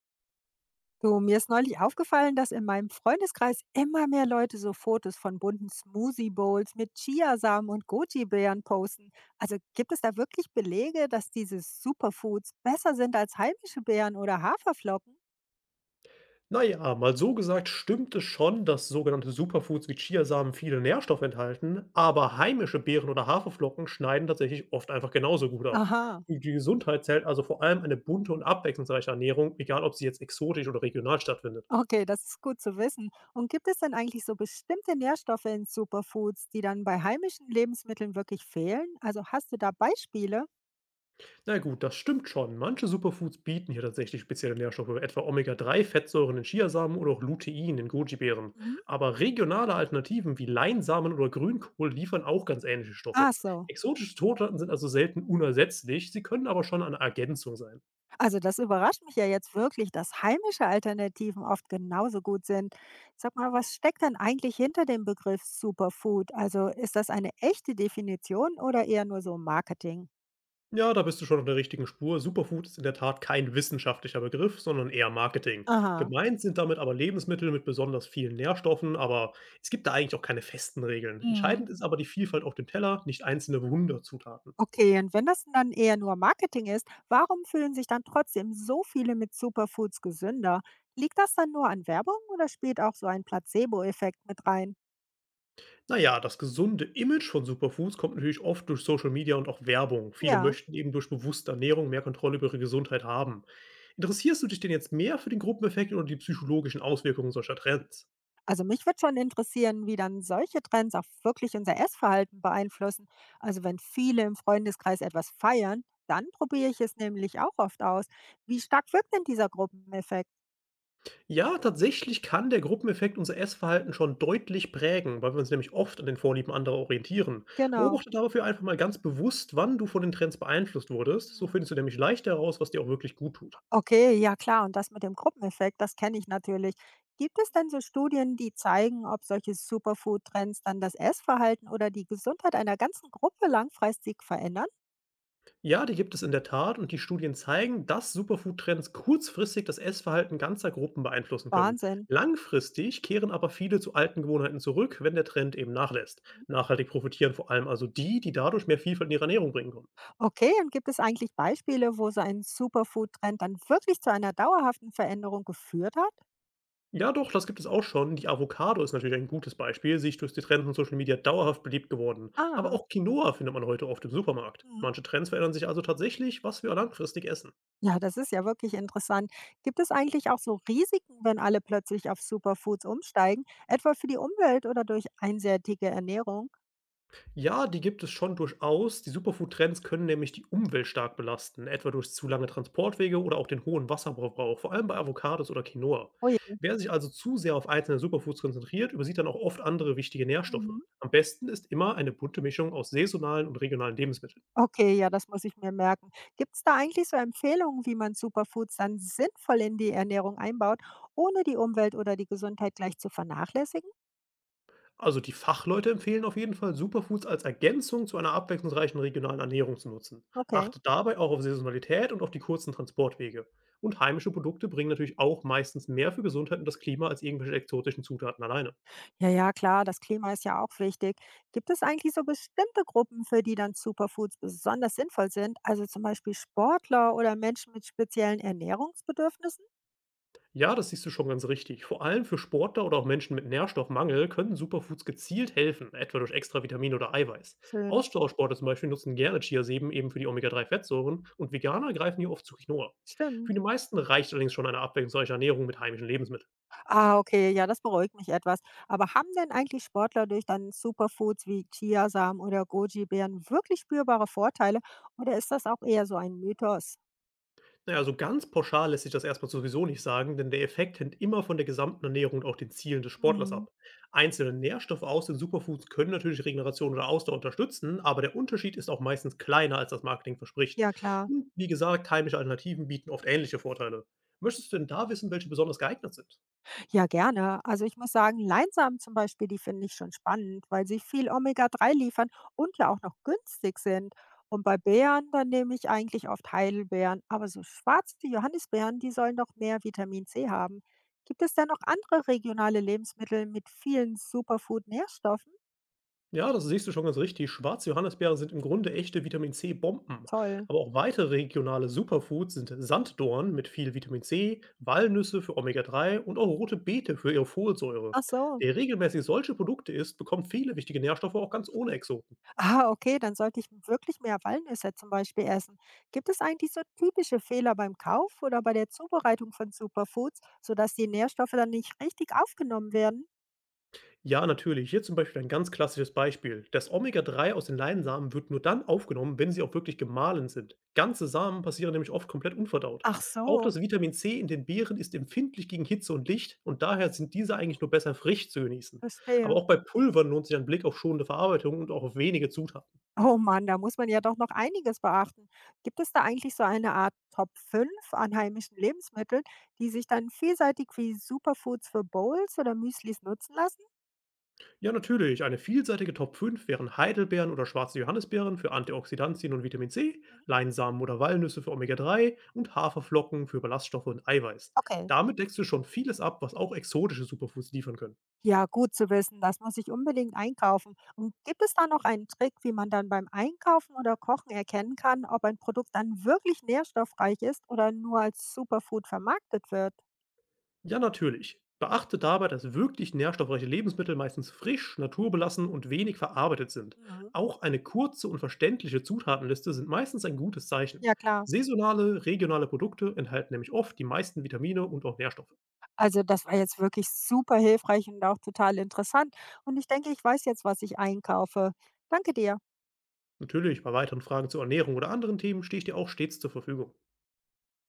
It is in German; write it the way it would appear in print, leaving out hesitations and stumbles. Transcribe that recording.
Du, mir ist neulich aufgefallen, dass in meinem Freundeskreis immer mehr Leute so Fotos von bunten Smoothie Bowls mit Chiasamen und Goji-Beeren posten. Also gibt es da wirklich Belege, dass diese Superfoods besser sind als heimische Beeren oder Haferflocken? Naja, mal so gesagt, stimmt es schon, dass sogenannte Superfoods wie Chiasamen viele Nährstoffe enthalten, aber heimische Beeren oder Haferflocken schneiden tatsächlich oft einfach genauso gut ab. Aha, Für die Gesundheit zählt also vor allem eine bunte und abwechslungsreiche Ernährung, egal ob sie jetzt exotisch oder regional stattfindet. okay, das ist gut zu wissen. Und gibt es denn eigentlich so bestimmte Nährstoffe in Superfoods, die dann bei heimischen Lebensmitteln wirklich fehlen? Also hast du da Beispiele? Na gut, das stimmt schon. Manche Superfoods bieten hier tatsächlich spezielle Nährstoffe, etwa Omega-3-Fettsäuren in Chiasamen oder auch Lutein in Goji-Beeren. Mhm. Aber regionale Alternativen wie Leinsamen oder Grünkohl liefern auch ganz ähnliche Stoffe. Ach so. Exotische Totaten sind also selten unersetzlich, sie können aber schon eine Ergänzung sein. Also das überrascht mich ja jetzt wirklich, dass heimische Alternativen oft genauso gut sind. Sag mal, was steckt denn eigentlich hinter dem Begriff Superfood? Also ist das eine echte Definition oder eher nur so Marketing? Ja, da bist du schon auf der richtigen Spur. Superfood ist in der Tat kein wissenschaftlicher Begriff, sondern eher Marketing. Aha. Gemeint sind damit aber Lebensmittel mit besonders vielen Nährstoffen, aber es gibt da eigentlich auch keine festen Regeln. Mhm. Entscheidend ist aber die Vielfalt auf dem Teller, nicht einzelne Wunderzutaten. Okay, und wenn das dann eher nur Marketing ist, warum fühlen sich dann trotzdem so viele mit Superfoods gesünder? Liegt das dann nur an Werbung oder spielt auch so ein Placebo-Effekt mit rein? Naja, das gesunde Image von Superfoods kommt natürlich oft durch Social Media und auch Werbung. Viele Ja. möchten eben durch bewusste Ernährung mehr Kontrolle über ihre Gesundheit haben. Interessierst du dich denn jetzt mehr für den Gruppeneffekt oder die psychologischen Auswirkungen solcher Trends? Also mich würde schon interessieren, wie dann solche Trends auch wirklich unser Essverhalten beeinflussen. Also wenn viele im Freundeskreis etwas feiern, dann probiere ich es nämlich auch oft aus. Wie stark wirkt denn dieser Gruppeneffekt? Ja, tatsächlich kann der Gruppeneffekt unser Essverhalten schon deutlich prägen, weil wir uns nämlich oft an den Vorlieben anderer orientieren. Genau. Beobachte dafür einfach mal ganz bewusst, wann du von den Trends beeinflusst wurdest. So Mhm. findest du nämlich leicht heraus, was dir auch wirklich gut tut. Okay, ja klar. Und das mit dem Gruppeneffekt, das kenne ich natürlich. Gibt es denn so Studien, die zeigen, ob solche Superfood-Trends dann das Essverhalten oder die Gesundheit einer ganzen Gruppe langfristig verändern? Ja, die gibt es in der Tat, und die Studien zeigen, dass Superfood-Trends kurzfristig das Essverhalten ganzer Gruppen beeinflussen können. Wahnsinn. Langfristig kehren aber viele zu alten Gewohnheiten zurück, wenn der Trend eben nachlässt. Nachhaltig profitieren vor allem also die, die dadurch mehr Vielfalt in ihre Ernährung bringen konnten. Okay, und gibt es eigentlich Beispiele, wo so ein Superfood-Trend dann wirklich zu einer dauerhaften Veränderung geführt hat? Ja doch, das gibt es auch schon. Die Avocado ist natürlich ein gutes Beispiel. Sie ist durch die Trends und Social Media dauerhaft beliebt geworden. Aber Ah, auch Quinoa findet man heute oft im Supermarkt. mhm. Manche Trends verändern sich also tatsächlich, was wir langfristig essen. Ja, das ist ja wirklich interessant. Gibt es eigentlich auch so Risiken, wenn alle plötzlich auf Superfoods umsteigen, etwa für die Umwelt oder durch einseitige Ernährung? Ja, die gibt es schon durchaus. Die Superfood-Trends können nämlich die Umwelt stark belasten, etwa durch zu lange Transportwege oder auch den hohen Wasserverbrauch, vor allem bei Avocados oder Quinoa. Oh ja. Wer sich also zu sehr auf einzelne Superfoods konzentriert, übersieht dann auch oft andere wichtige Nährstoffe. Mhm. Am besten ist immer eine bunte Mischung aus saisonalen und regionalen Lebensmitteln. Okay, ja, das muss ich mir merken. Gibt es da eigentlich so Empfehlungen, wie man Superfoods dann sinnvoll in die Ernährung einbaut, ohne die Umwelt oder die Gesundheit gleich zu vernachlässigen? Also die Fachleute empfehlen auf jeden Fall, Superfoods als Ergänzung zu einer abwechslungsreichen regionalen Ernährung zu nutzen. Okay. Achtet dabei auch auf Saisonalität und auf die kurzen Transportwege. Und heimische Produkte bringen natürlich auch meistens mehr für Gesundheit und das Klima als irgendwelche exotischen Zutaten alleine. Ja, ja, klar, das Klima ist ja auch wichtig. Gibt es eigentlich so bestimmte Gruppen, für die dann Superfoods besonders sinnvoll sind? Also zum Beispiel Sportler oder Menschen mit speziellen Ernährungsbedürfnissen? Ja, das siehst du schon ganz richtig. Vor allem für Sportler oder auch Menschen mit Nährstoffmangel können Superfoods gezielt helfen, etwa durch extra Vitamine oder Eiweiß. Schön, Ausdauersportler zum Beispiel nutzen gerne Chiasäben eben für die Omega-3-Fettsäuren, und Veganer greifen hier oft zu Quinoa. Für stimmt. die meisten reicht allerdings schon eine abwechslungsreiche Ernährung mit heimischen Lebensmitteln. Ah, okay, ja, das beruhigt mich etwas. Aber haben denn eigentlich Sportler durch dann Superfoods wie Chiasamen oder Goji-Beeren wirklich spürbare Vorteile? Oder ist das auch eher so ein Mythos? Na ja, so ganz pauschal lässt sich das erstmal sowieso nicht sagen, denn der Effekt hängt immer von der gesamten Ernährung und auch den Zielen des Sportlers Hm, ab. Einzelne Nährstoffe aus den Superfoods können natürlich Regeneration oder Ausdauer unterstützen, aber der Unterschied ist auch meistens kleiner, als das Marketing verspricht. ja, klar. Und wie gesagt, heimische Alternativen bieten oft ähnliche Vorteile. Möchtest du denn da wissen, welche besonders geeignet sind? Ja, gerne. Also ich muss sagen, Leinsamen zum Beispiel, die finde ich schon spannend, weil sie viel Omega-3 liefern und ja auch noch günstig sind. Und bei Beeren, dann nehme ich eigentlich oft Heidelbeeren. Aber so schwarze Johannisbeeren, die sollen doch mehr Vitamin C haben. Gibt es denn noch andere regionale Lebensmittel mit vielen Superfood-Nährstoffen? Ja, das siehst du schon ganz richtig. Schwarze Johannisbeeren sind im Grunde echte Vitamin-C-Bomben. Toll. Aber auch weitere regionale Superfoods sind Sanddorn mit viel Vitamin C, Walnüsse für Omega-3 und auch rote Beete für ihre Folsäure. Ach so. Wer regelmäßig solche Produkte isst, bekommt viele wichtige Nährstoffe auch ganz ohne Exo. Ah, okay, dann sollte ich wirklich mehr Walnüsse zum Beispiel essen. Gibt es eigentlich so typische Fehler beim Kauf oder bei der Zubereitung von Superfoods, sodass die Nährstoffe dann nicht richtig aufgenommen werden? Ja, natürlich. Hier zum Beispiel ein ganz klassisches Beispiel: Das Omega-3 aus den Leinsamen wird nur dann aufgenommen, wenn sie auch wirklich gemahlen sind. Ganze Samen passieren nämlich oft komplett unverdaut. Ach Auch so, das Vitamin C in den Beeren ist empfindlich gegen Hitze und Licht und daher sind diese eigentlich nur besser frisch zu genießen. verstehe. Aber auch bei Pulvern lohnt sich ein Blick auf schonende Verarbeitung und auch auf wenige Zutaten. Oh Mann, da muss man ja doch noch einiges beachten. Gibt es da eigentlich so eine Art Top 5 an heimischen Lebensmitteln, die sich dann vielseitig wie Superfoods für Bowls oder Müslis nutzen lassen? Ja, natürlich. Eine vielseitige Top 5 wären Heidelbeeren oder schwarze Johannisbeeren für Antioxidantien und Vitamin C, Leinsamen oder Walnüsse für Omega-3 und Haferflocken für Ballaststoffe und Eiweiß. Okay. Damit deckst du schon vieles ab, was auch exotische Superfoods liefern können. Ja, gut zu wissen. Das muss ich unbedingt einkaufen. Und gibt es da noch einen Trick, wie man dann beim Einkaufen oder Kochen erkennen kann, ob ein Produkt dann wirklich nährstoffreich ist oder nur als Superfood vermarktet wird? Ja, natürlich. Beachte dabei, dass wirklich nährstoffreiche Lebensmittel meistens frisch, naturbelassen und wenig verarbeitet sind. Mhm. Auch eine kurze und verständliche Zutatenliste sind meistens ein gutes Zeichen. Ja, klar. Saisonale, regionale Produkte enthalten nämlich oft die meisten Vitamine und auch Nährstoffe. Also das war jetzt wirklich super hilfreich und auch total interessant. Und ich denke, ich weiß jetzt, was ich einkaufe. Danke dir. Natürlich, bei weiteren Fragen zur Ernährung oder anderen Themen stehe ich dir auch stets zur Verfügung.